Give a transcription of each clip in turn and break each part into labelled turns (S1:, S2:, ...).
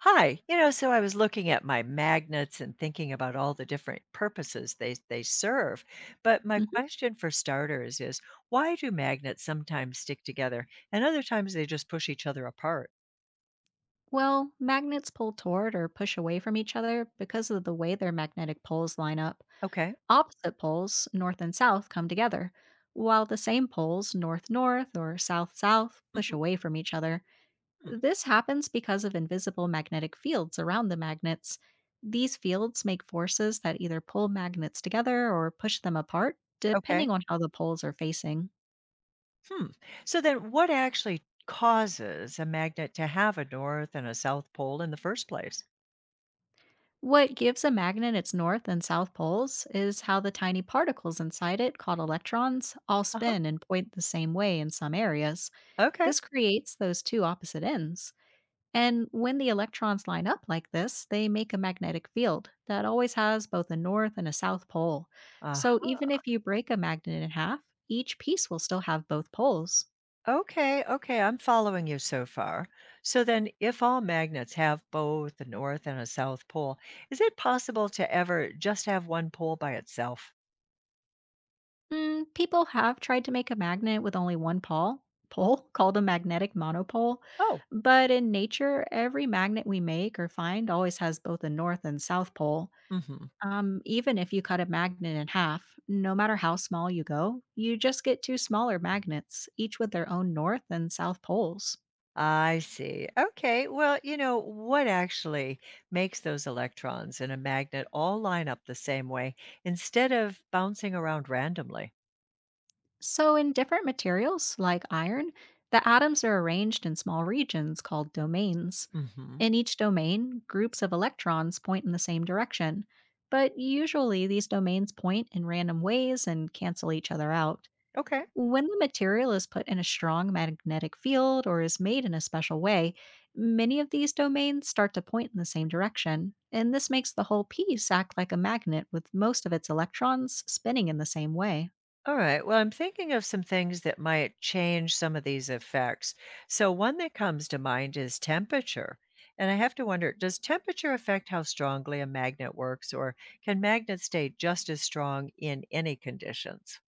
S1: Hi. So I was looking at my magnets and thinking about all the different purposes they serve. But my
S2: Mhm.
S1: question for starters is why do magnets sometimes stick together and other times they just push each other apart?
S2: Well, magnets pull toward or push away from each other because of the way their magnetic poles line up.
S1: Okay.
S2: Opposite poles, north and south, come together, while the same poles, north or south, push
S1: Mhm.
S2: away from each other.
S1: Hmm.
S2: This happens because of invisible magnetic fields around the magnets. These fields make forces that either pull magnets together or push them apart,
S1: Okay.
S2: depending on how the poles are facing.
S1: Hmm. So then what actually causes a magnet to have a north and a south pole in the first place?
S2: What gives a magnet its north and south poles is how the tiny particles inside it, called electrons, all
S1: Uh-huh.
S2: spin and point the same way in some areas.
S1: Okay.
S2: This creates those two opposite ends. And when the electrons line up like this, they make a magnetic field that always has both a north and a south pole. So even
S1: Uh-huh.
S2: if you break a magnet in half, each piece will still have both poles.
S1: Okay, okay, I'm following you so far. So then, if all magnets have both a north and a south pole, is it possible to ever just have one pole by itself?
S2: Mm, people have tried to make a magnet with only one pole, called a magnetic monopole,
S1: Oh,
S2: but in nature, every magnet we make or find always has both a north and south pole.
S1: hmm.
S2: Even if you cut a magnet in half, no matter how small you go, you just get two smaller magnets, each with their own north and south poles.
S1: I see. Okay, well, what actually makes those electrons in a magnet all line up the same way instead of bouncing around randomly?
S2: So, in different materials like iron, the atoms are arranged in small regions called domains.
S1: Hmm.
S2: In each domain, groups of electrons point in the same direction, but usually these domains point in random ways and cancel each other out.
S1: Okay.
S2: When the material is put in a strong magnetic field or is made in a special way, many of these domains start to point in the same direction, and this makes the whole piece act like a magnet with most of its electrons spinning in the same way.
S1: All right. Well, I'm thinking of some things that might change some of these effects. So, one that comes to mind is temperature. And I have to wonder, does temperature affect how strongly a magnet works, or can magnets stay just as strong in any conditions?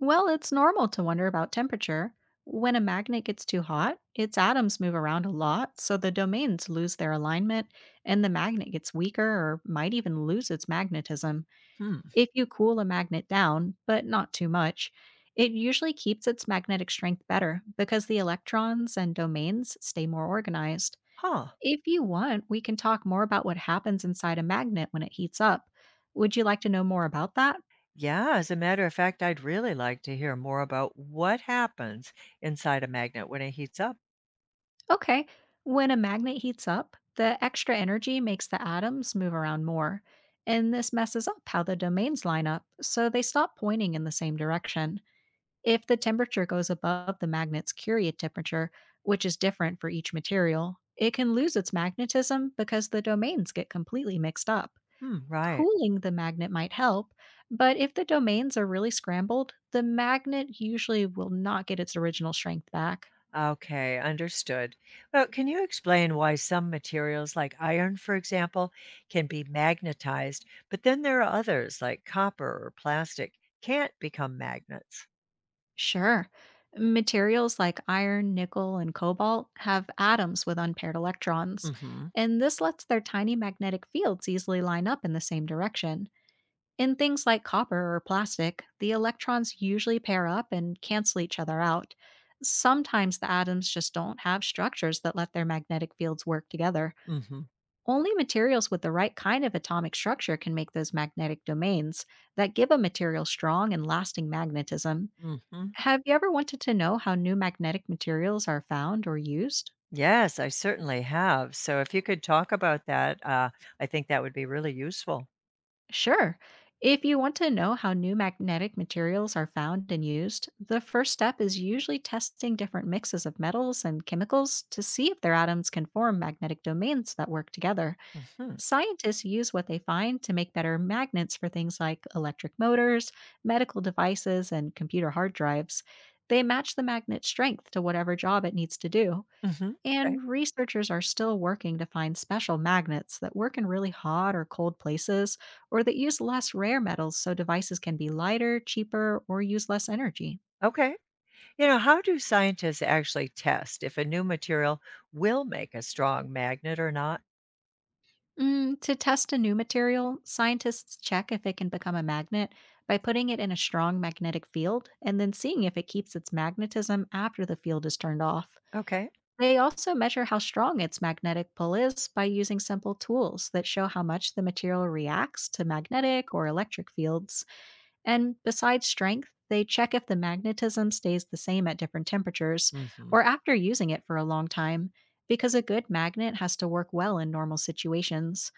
S2: Well, it's normal to wonder about temperature. When a magnet gets too hot, its atoms move around a lot, so the domains lose their alignment and the magnet gets weaker or might even lose its magnetism.
S1: Hmm.
S2: If you cool a magnet down, but not too much, it usually keeps its magnetic strength better because the electrons and domains stay more organized.
S1: Huh.
S2: If you want, we can talk more about what happens inside a magnet when it heats up. Would you like to know more about that?
S1: Yeah, as a matter of fact, I'd really like to hear more about what happens inside a magnet when it heats up.
S2: Okay. When a magnet heats up, the extra energy makes the atoms move around more. And this messes up how the domains line up, so they stop pointing in the same direction. If the temperature goes above the magnet's Curie temperature, which is different for each material, it can lose its magnetism because the domains get completely mixed up.
S1: Hmm, right.
S2: Cooling the magnet might help, but if the domains are really scrambled, the magnet usually will not get its original strength back.
S1: Okay, understood. Well, can you explain why some materials, like iron, for example, can be magnetized, but then there are others, like copper or plastic, can't become magnets?
S2: Sure. Materials like iron, nickel, and cobalt have atoms with unpaired electrons,
S1: Mm-hmm.
S2: and this lets their tiny magnetic fields easily line up in the same direction. In things like copper or plastic, the electrons usually pair up and cancel each other out. Sometimes the atoms just don't have structures that let their magnetic fields work together.
S1: Mm-hmm.
S2: Only materials with the right kind of atomic structure can make those magnetic domains that give a material strong and lasting magnetism.
S1: Mm-hmm.
S2: Have you ever wanted to know how new magnetic materials are found or used?
S1: Yes, I certainly have. So if you could talk about that, I think that would be really useful.
S2: Sure. If you want to know how new magnetic materials are found and used, the first step is usually testing different mixes of metals and chemicals to see if their atoms can form magnetic domains that work together.
S1: Mm-hmm.
S2: Scientists use what they find to make better magnets for things like electric motors, medical devices, and computer hard drives. They match the magnet strength to whatever job it needs to do.
S1: Mm-hmm. Okay.
S2: And researchers are still working to find special magnets that work in really hot or cold places, or that use less rare metals so devices can be lighter, cheaper, or use less energy.
S1: Okay. You know, how do scientists actually test if a new material will make a strong magnet or not?
S2: Mm, to test a new material, scientists check if it can become a magnet by putting it in a strong magnetic field and then seeing if it keeps its magnetism after the field is turned off.
S1: Okay.
S2: They also measure how strong its magnetic pull is by using simple tools that show how much the material reacts to magnetic or electric fields. And besides strength, they check if the magnetism stays the same at different temperatures
S1: Mm-hmm.
S2: or after using it for a long time, because a good magnet has to work well in normal situations.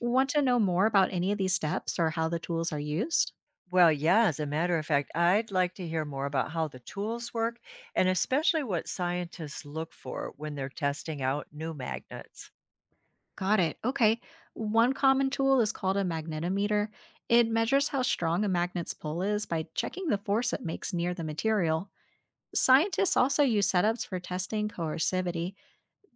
S2: Want to know more about any of these steps or how the tools are used?
S1: Well, yeah, as a matter of fact, I'd like to hear more about how the tools work and especially what scientists look for when they're testing out new magnets.
S2: Got it. Okay. One common tool is called a magnetometer. It measures how strong a magnet's pull is by checking the force it makes near the material. Scientists also use setups for testing coercivity.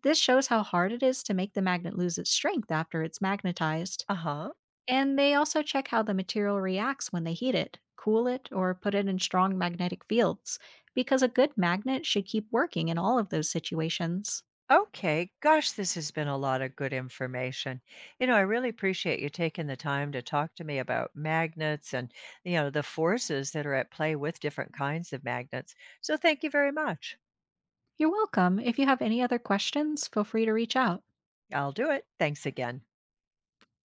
S2: This shows how hard it is to make the magnet lose its strength after it's magnetized.
S1: Uh huh.
S2: And they also check how the material reacts when they heat it, cool it, or put it in strong magnetic fields, because a good magnet should keep working in all of those situations.
S1: Okay. Gosh, this has been a lot of good information. I really appreciate you taking the time to talk to me about magnets and, the forces that are at play with different kinds of magnets. So thank you very much.
S2: You're welcome. If you have any other questions, feel free to reach out.
S1: I'll do it. Thanks again.